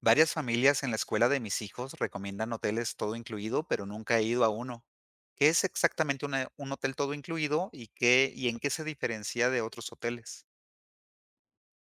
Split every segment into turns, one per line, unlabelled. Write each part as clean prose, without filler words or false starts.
Varias familias en la escuela de mis hijos recomiendan hoteles todo incluido, pero nunca he ido a uno. ¿Qué es exactamente un hotel todo incluido y qué y en qué se diferencia de otros hoteles?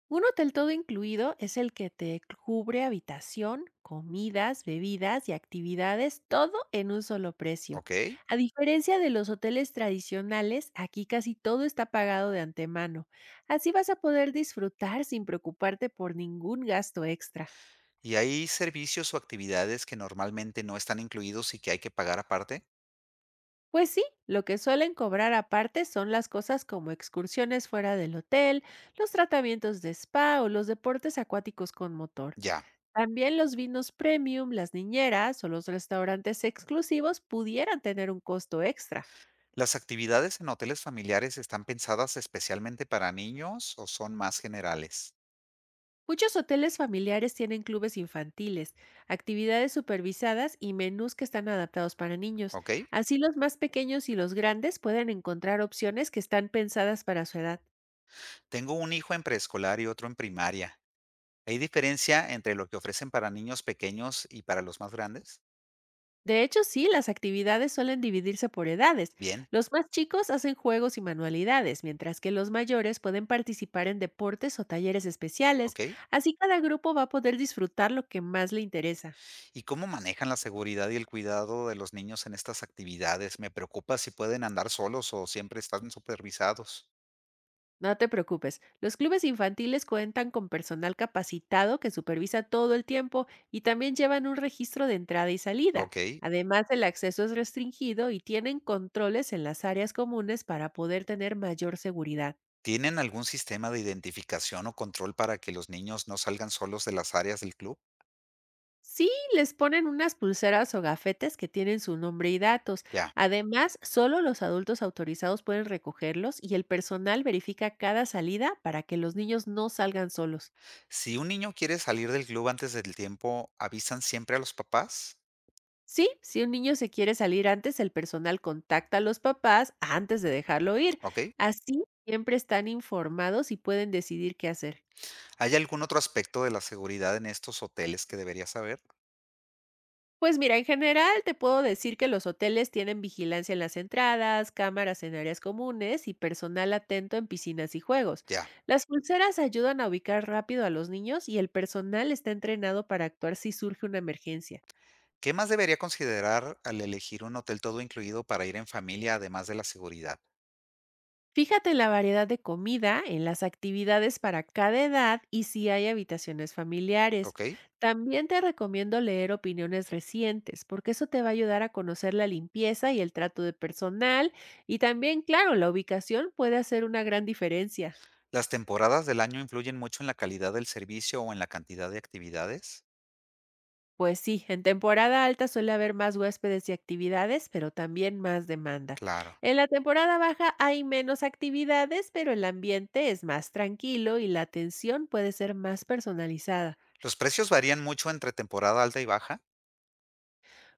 Un hotel todo incluido es el que te cubre habitación, comidas, bebidas y actividades, todo en un solo precio.
¿Ok?
A diferencia de los hoteles tradicionales, aquí casi todo está pagado de antemano. Así vas a poder disfrutar sin preocuparte por ningún gasto extra.
¿Y hay servicios o actividades que normalmente no están incluidos y que hay que pagar aparte?
Pues sí, lo que suelen cobrar aparte son las cosas como excursiones fuera del hotel, los tratamientos de spa o los deportes acuáticos con motor.
Ya.
También los vinos premium, las niñeras o los restaurantes exclusivos pudieran tener un costo extra.
¿Las actividades en hoteles familiares están pensadas especialmente para niños o son más generales?
Muchos hoteles familiares tienen clubes infantiles, actividades supervisadas y menús que están adaptados para niños.
¿Ok?
Así los más pequeños y los grandes pueden encontrar opciones que están pensadas para su edad.
Tengo un hijo en preescolar y otro en primaria. ¿Hay diferencia entre lo que ofrecen para niños pequeños y para los más grandes?
De hecho, sí, las actividades suelen dividirse por edades.
Bien.
Los más chicos hacen juegos y manualidades, mientras que los mayores pueden participar en deportes o talleres especiales.
¿Ok?
Así cada grupo va a poder disfrutar lo que más le interesa.
¿Y cómo manejan la seguridad y el cuidado de los niños en estas actividades? Me preocupa si pueden andar solos o siempre están supervisados.
No te preocupes, los clubes infantiles cuentan con personal capacitado que supervisa todo el tiempo y también llevan un registro de entrada y salida.
¿Ok?
Además, el acceso es restringido y tienen controles en las áreas comunes para poder tener mayor seguridad.
¿Tienen algún sistema de identificación o control para que los niños no salgan solos de las áreas del club?
Sí, les ponen unas pulseras o gafetes que tienen su nombre y datos.
Ya.
Además, solo los adultos autorizados pueden recogerlos y el personal verifica cada salida para que los niños no salgan solos.
Si un niño quiere salir del club antes del tiempo, ¿avisan siempre a los papás?
Sí, si un niño se quiere salir antes, el personal contacta a los papás antes de dejarlo ir.
¿Ok?
Así siempre están informados y pueden decidir qué hacer.
¿Hay algún otro aspecto de la seguridad en estos hoteles que debería saber?
Pues mira, en general te puedo decir que los hoteles tienen vigilancia en las entradas, cámaras en áreas comunes y personal atento en piscinas y juegos.
Ya.
Las pulseras ayudan a ubicar rápido a los niños y el personal está entrenado para actuar si surge una emergencia.
¿Qué más debería considerar al elegir un hotel todo incluido para ir en familia, además de la seguridad?
Fíjate en la variedad de comida, en las actividades para cada edad y si hay habitaciones familiares.
Ok.
También te recomiendo leer opiniones recientes, porque eso te va a ayudar a conocer la limpieza y el trato de personal. Y también, claro, la ubicación puede hacer una gran diferencia.
¿Las temporadas del año influyen mucho en la calidad del servicio o en la cantidad de actividades?
Pues sí, en temporada alta suele haber más huéspedes y actividades, pero también más demanda.
Claro.
En la temporada baja hay menos actividades, pero el ambiente es más tranquilo y la atención puede ser más personalizada.
¿Los precios varían mucho entre temporada alta y baja?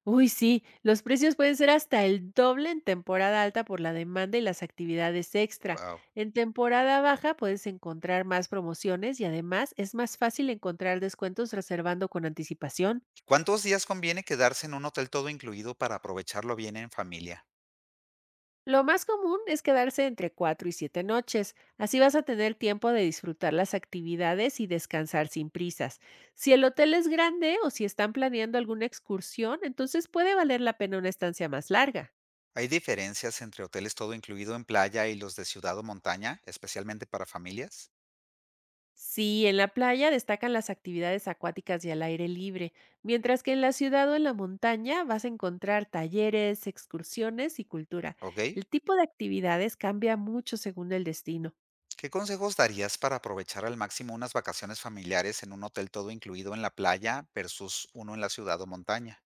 Uy, sí, los precios pueden ser hasta el doble en temporada alta por la demanda y las actividades extra.
Wow.
En temporada baja puedes encontrar más promociones y además es más fácil encontrar descuentos reservando con anticipación.
¿Cuántos días conviene quedarse en un hotel todo incluido para aprovecharlo bien en familia?
Lo más común es quedarse entre 4 y 7 noches, así vas a tener tiempo de disfrutar las actividades y descansar sin prisas. Si el hotel es grande o si están planeando alguna excursión, entonces puede valer la pena una estancia más larga.
¿Hay diferencias entre hoteles todo incluido en playa y los de ciudad o montaña, especialmente para familias?
Sí, en la playa destacan las actividades acuáticas y al aire libre, mientras que en la ciudad o en la montaña vas a encontrar talleres, excursiones y cultura.
Ok.
El tipo de actividades cambia mucho según el destino.
¿Qué consejos darías para aprovechar al máximo unas vacaciones familiares en un hotel todo incluido en la playa versus uno en la ciudad o montaña?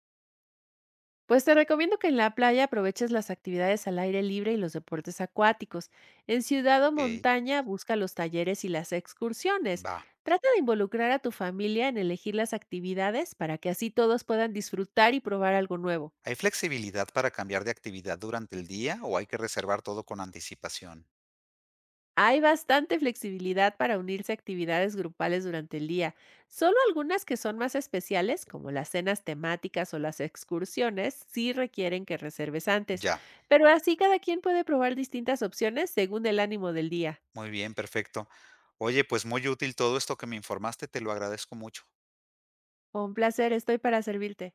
Pues te recomiendo que en la playa aproveches las actividades al aire libre y los deportes acuáticos. En ciudad o
Ok,
montaña busca los talleres y las excursiones.
va.
Trata de involucrar a tu familia en elegir las actividades para que así todos puedan disfrutar y probar algo nuevo.
¿Hay flexibilidad para cambiar de actividad durante el día o hay que reservar todo con anticipación?
Hay bastante flexibilidad para unirse a actividades grupales durante el día. Solo algunas que son más especiales, como las cenas temáticas o las excursiones, sí requieren que reserves antes.
Ya,
Pero así cada quien puede probar distintas opciones según el ánimo del día.
muy bien, perfecto. Oye, pues muy útil todo esto que me informaste, te lo agradezco mucho.
Un placer, estoy para servirte.